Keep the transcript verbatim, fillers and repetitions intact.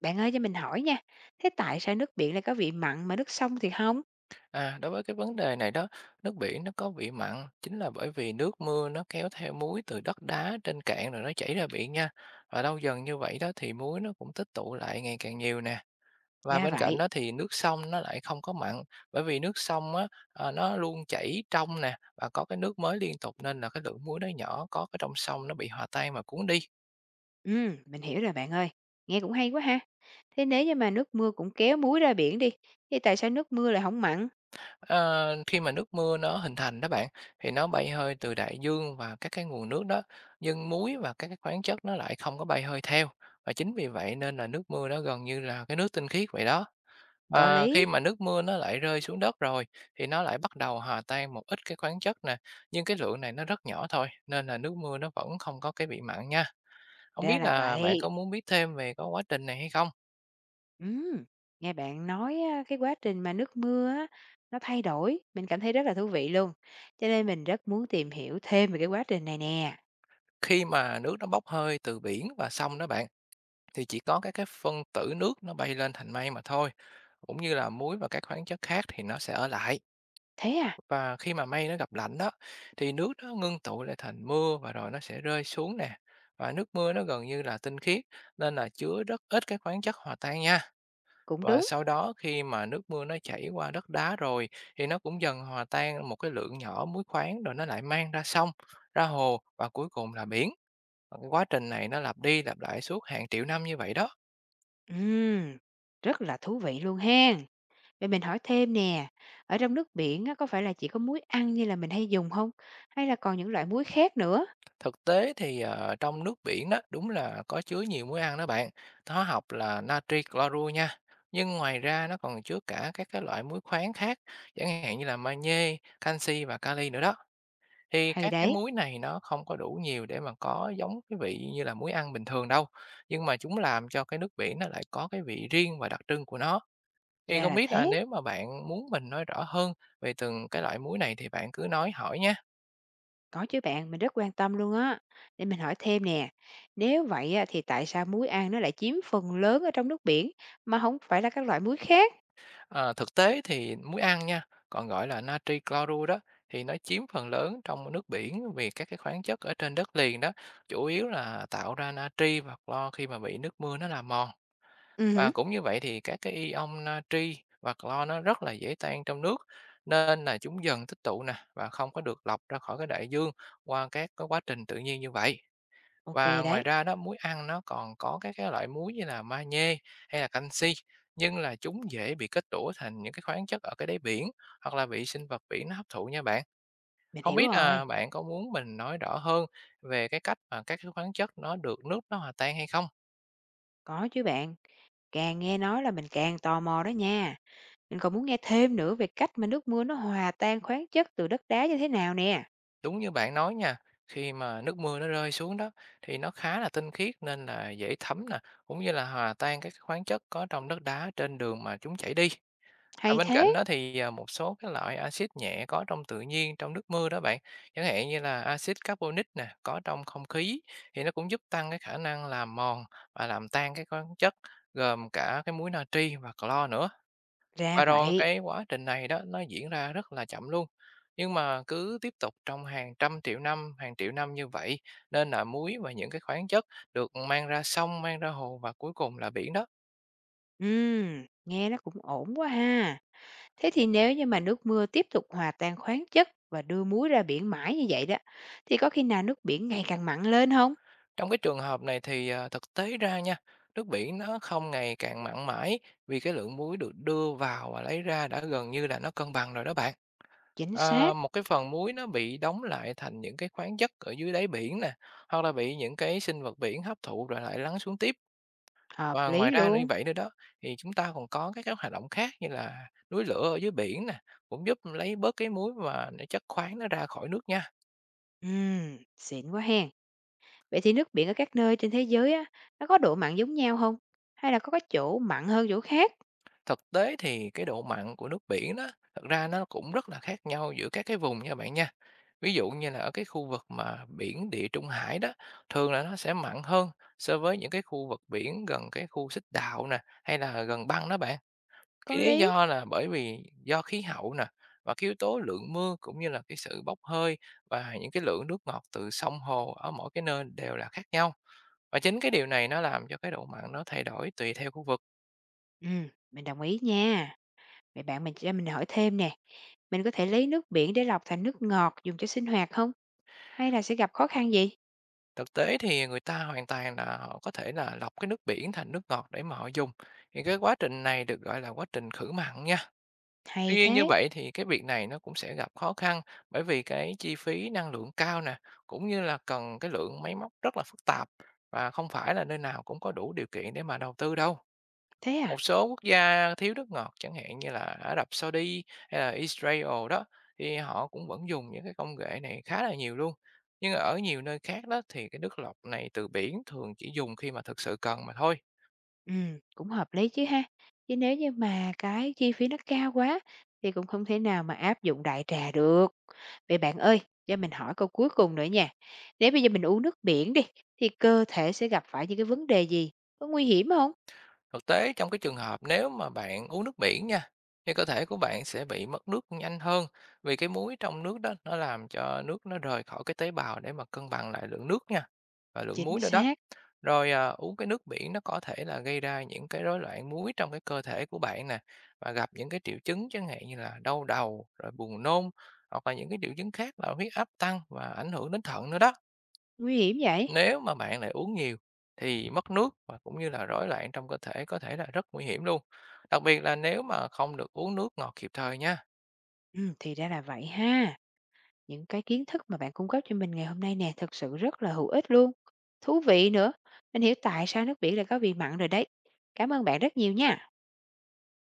Bạn ơi cho mình hỏi nha, thế tại sao nước biển lại có vị mặn mà nước sông thì không? À, đối với cái vấn đề này đó, nước biển nó có vị mặn chính là bởi vì nước mưa nó kéo theo muối từ đất đá trên cạn rồi nó chảy ra biển nha. Và lâu dần như vậy đó thì muối nó cũng tích tụ lại ngày càng nhiều nè. Và Ra bên cạnh vậy. đó thì nước sông nó lại không có mặn, bởi vì nước sông á, à, nó luôn chảy trong nè và có cái nước mới liên tục, nên là cái lượng muối nó nhỏ có cái trong sông nó bị hòa tan mà cuốn đi. Ừ, mình hiểu rồi bạn ơi. Nghe cũng hay quá ha. Thế nếu như mà nước mưa cũng kéo muối ra biển đi, thì tại sao nước mưa lại không mặn? Ờ, khi mà nước mưa nó hình thành đó bạn, thì nó bay hơi từ đại dương và các cái nguồn nước đó, nhưng muối và các cái khoáng chất nó lại không có bay hơi theo. Và chính vì vậy nên là nước mưa nó gần như là cái nước tinh khiết vậy đó. Có Và lý. khi mà nước mưa nó lại rơi xuống đất rồi thì nó lại bắt đầu hòa tan một ít cái khoáng chất nè, nhưng cái lượng này nó rất nhỏ thôi nên là nước mưa nó vẫn không có cái bị mặn nha. Không Ra biết là là bạn có vậy. muốn biết thêm về cái quá trình này hay không? Ừ, nghe bạn nói á, cái quá trình mà nước mưa á, nó thay đổi, mình cảm thấy rất là thú vị luôn. Cho nên mình rất muốn tìm hiểu thêm về cái quá trình này nè. Khi mà nước nó bốc hơi từ biển và sông đó bạn, thì chỉ có các cái phân tử nước nó bay lên thành mây mà thôi, cũng như là muối và các khoáng chất khác thì nó sẽ ở lại. Thế à, Và khi mà mây nó gặp lạnh đó thì nước nó ngưng tụ lại thành mưa, và rồi nó sẽ rơi xuống nè, và nước mưa nó gần như là tinh khiết nên là chứa rất ít cái khoáng chất hòa tan nha. cũng Và đúng. sau đó khi mà nước mưa nó chảy qua đất đá rồi thì nó cũng dần hòa tan một cái lượng nhỏ muối khoáng, rồi nó lại mang ra sông, ra hồ và cuối cùng là biển. Và cái quá trình này nó lặp đi lặp lại suốt hàng triệu năm như vậy đó. Ừ, rất là thú vị luôn hen. Vậy mình hỏi thêm nè, ở trong nước biển á, có phải là chỉ có muối ăn như là mình hay dùng không? Hay là còn những loại muối khác nữa? Thực tế thì, ờ, trong nước biển đó, đúng là có chứa nhiều muối ăn đó bạn, hóa học là natri clorua nha. Nhưng ngoài ra nó còn chứa cả các cái loại muối khoáng khác, chẳng hạn như là magie, canxi và kali nữa đó. Thì Hay các cái đấy, muối này nó không có đủ nhiều để mà có giống cái vị như là muối ăn bình thường đâu, nhưng mà chúng làm cho cái nước biển nó lại có cái vị riêng và đặc trưng của nó. Thì ra không là biết là thế. nếu mà bạn muốn mình nói rõ hơn về từng cái loại muối này thì bạn cứ nói hỏi nha. Có chứ bạn, mình rất quan tâm luôn á. Để mình hỏi thêm nè, nếu vậy á, thì tại sao muối ăn nó lại chiếm phần lớn ở trong nước biển mà không phải là các loại muối khác? Ờ, thực tế thì muối ăn nha, còn gọi là natri clorua đó, thì nó chiếm phần lớn trong nước biển vì các cái khoáng chất ở trên đất liền đó, chủ yếu là tạo ra natri và clo khi mà bị nước mưa nó làm mòn. Ừ, hử, Và cũng như vậy thì các cái ion natri và clo nó rất là dễ tan trong nước, nên là chúng dần tích tụ nè và không có được lọc ra khỏi cái đại dương qua các cái quá trình tự nhiên như vậy. ok Và ngoài đấy, ra đó, muối ăn nó còn có các cái loại muối như là magie hay là canxi, nhưng là chúng dễ bị kết tủa thành những cái khoáng chất ở cái đáy biển, hoặc là bị sinh vật biển nó hấp thụ nha bạn. mình Không hiểu biết rồi. là bạn có muốn mình nói rõ hơn về cái cách mà các cái khoáng chất nó được nước nó hòa tan hay không? Có chứ bạn, càng nghe nói là mình càng tò mò đó nha. Mình còn muốn nghe thêm nữa về cách mà nước mưa nó hòa tan khoáng chất từ đất đá như thế nào nè. Đúng như bạn nói nha, khi mà nước mưa nó rơi xuống đó thì nó khá là tinh khiết nên là dễ thấm nè, cũng như là hòa tan các cái khoáng chất có trong đất đá trên đường mà chúng chảy đi. À, Hay bên thế, cạnh đó thì, à, một số cái loại axit nhẹ có trong tự nhiên trong nước mưa đó bạn, chẳng hạn như là axit carbonic nè, có trong không khí, thì nó cũng giúp tăng cái khả năng làm mòn và làm tan các khoáng chất, gồm cả cái muối natri và clo nữa. ra Và rồi vậy. cái quá trình này đó nó diễn ra rất là chậm luôn. Nhưng mà cứ tiếp tục trong hàng trăm triệu năm, hàng triệu năm như vậy, nên là muối và những cái khoáng chất được mang ra sông, mang ra hồ và cuối cùng là biển đó. Ừm, nghe nó cũng ổn quá ha. Thế thì nếu như mà nước mưa tiếp tục hòa tan khoáng chất và đưa muối ra biển mãi như vậy đó, thì có khi nào nước biển ngày càng mặn lên không? Trong cái trường hợp này thì, à, thực tế ra nha, nước biển nó không ngày càng mặn mãi vì cái lượng muối được đưa vào và lấy ra đã gần như là nó cân bằng rồi đó bạn. Chính Ờ, xác, một cái phần muối nó bị đóng lại thành những cái khoáng chất ở dưới đáy biển nè, hoặc là bị những cái sinh vật biển hấp thụ rồi lại lắng xuống tiếp. hợp Và ngoài lý ra như luôn. vậy nữa đó, thì chúng ta còn có các cái hoạt động khác như là núi lửa ở dưới biển nè, cũng giúp lấy bớt cái muối và chất khoáng nó ra khỏi nước nha. Ừm, xịn quá hen. Vậy thì nước biển ở các nơi trên thế giới á, nó có độ mặn giống nhau không? Hay là có cái chỗ mặn hơn chỗ khác? Thực tế thì cái độ mặn của nước biển đó, thật ra nó cũng rất là khác nhau giữa các cái vùng nha bạn nha. Ví dụ như là ở cái khu vực mà biển Địa Trung Hải đó, thường là nó sẽ mặn hơn so với những cái khu vực biển gần cái khu xích đạo nè, hay là gần băng đó bạn. Có Cái lý lý. do là bởi vì do khí hậu nè, và cái yếu tố lượng mưa cũng như là cái sự bốc hơi và những cái lượng nước ngọt từ sông hồ ở mỗi cái nơi đều là khác nhau. Và chính cái điều này nó làm cho cái độ mặn nó thay đổi tùy theo khu vực. Ừm, mình đồng ý nha. Vậy bạn mình cho mình hỏi thêm nè, mình có thể lấy nước biển để lọc thành nước ngọt dùng cho sinh hoạt không? Hay là sẽ gặp khó khăn gì? Thực tế thì người ta hoàn toàn là họ có thể là lọc cái nước biển thành nước ngọt để mà họ dùng. Thì cái quá trình này được gọi là quá trình khử mặn nha. Tuy Hay nhiên như thế, vậy thì cái việc này nó cũng sẽ gặp khó khăn bởi vì cái chi phí năng lượng cao nè, cũng như là cần cái lượng máy móc rất là phức tạp và không phải là nơi nào cũng có đủ điều kiện để mà đầu tư đâu. thế à? Một số quốc gia thiếu nước ngọt chẳng hạn như là Ả Rập Saudi hay là Israel đó, thì họ cũng vẫn dùng những cái công nghệ này khá là nhiều luôn. Nhưng ở nhiều nơi khác đó thì cái nước lọc này từ biển thường chỉ dùng khi mà thực sự cần mà thôi. Ừm, cũng hợp lý chứ ha. Chứ nếu như mà cái chi phí nó cao quá thì cũng không thể nào mà áp dụng đại trà được. Vậy bạn ơi, cho mình hỏi câu cuối cùng nữa nha. Nếu bây giờ mình uống nước biển đi thì cơ thể sẽ gặp phải những cái vấn đề gì? Có nguy hiểm không? Thực tế trong cái trường hợp nếu mà bạn uống nước biển nha, thì cơ thể của bạn sẽ bị mất nước nhanh hơn vì cái muối trong nước đó nó làm cho nước nó rời khỏi cái tế bào để mà cân bằng lại lượng nước nha và lượng Chính muối nữa đó. xác, Rồi, à, uống cái nước biển nó có thể là gây ra những cái rối loạn muối trong cái cơ thể của bạn nè, và gặp những cái triệu chứng chẳng hạn như là đau đầu, rồi buồn nôn, hoặc là những cái triệu chứng khác là huyết áp tăng và ảnh hưởng đến thận nữa đó. nguy hiểm vậy. Nếu mà bạn lại uống nhiều thì mất nước và cũng như là rối loạn trong cơ thể có thể là rất nguy hiểm luôn. Đặc biệt là nếu mà không được uống nước ngọt kịp thời nha. Ừm, thì ra là vậy ha. Những cái kiến thức mà bạn cung cấp cho mình ngày hôm nay nè, thực sự rất là hữu ích luôn. Thú vị nữa, mình hiểu tại sao nước biển lại có vị mặn rồi đấy. Cảm ơn bạn rất nhiều nha.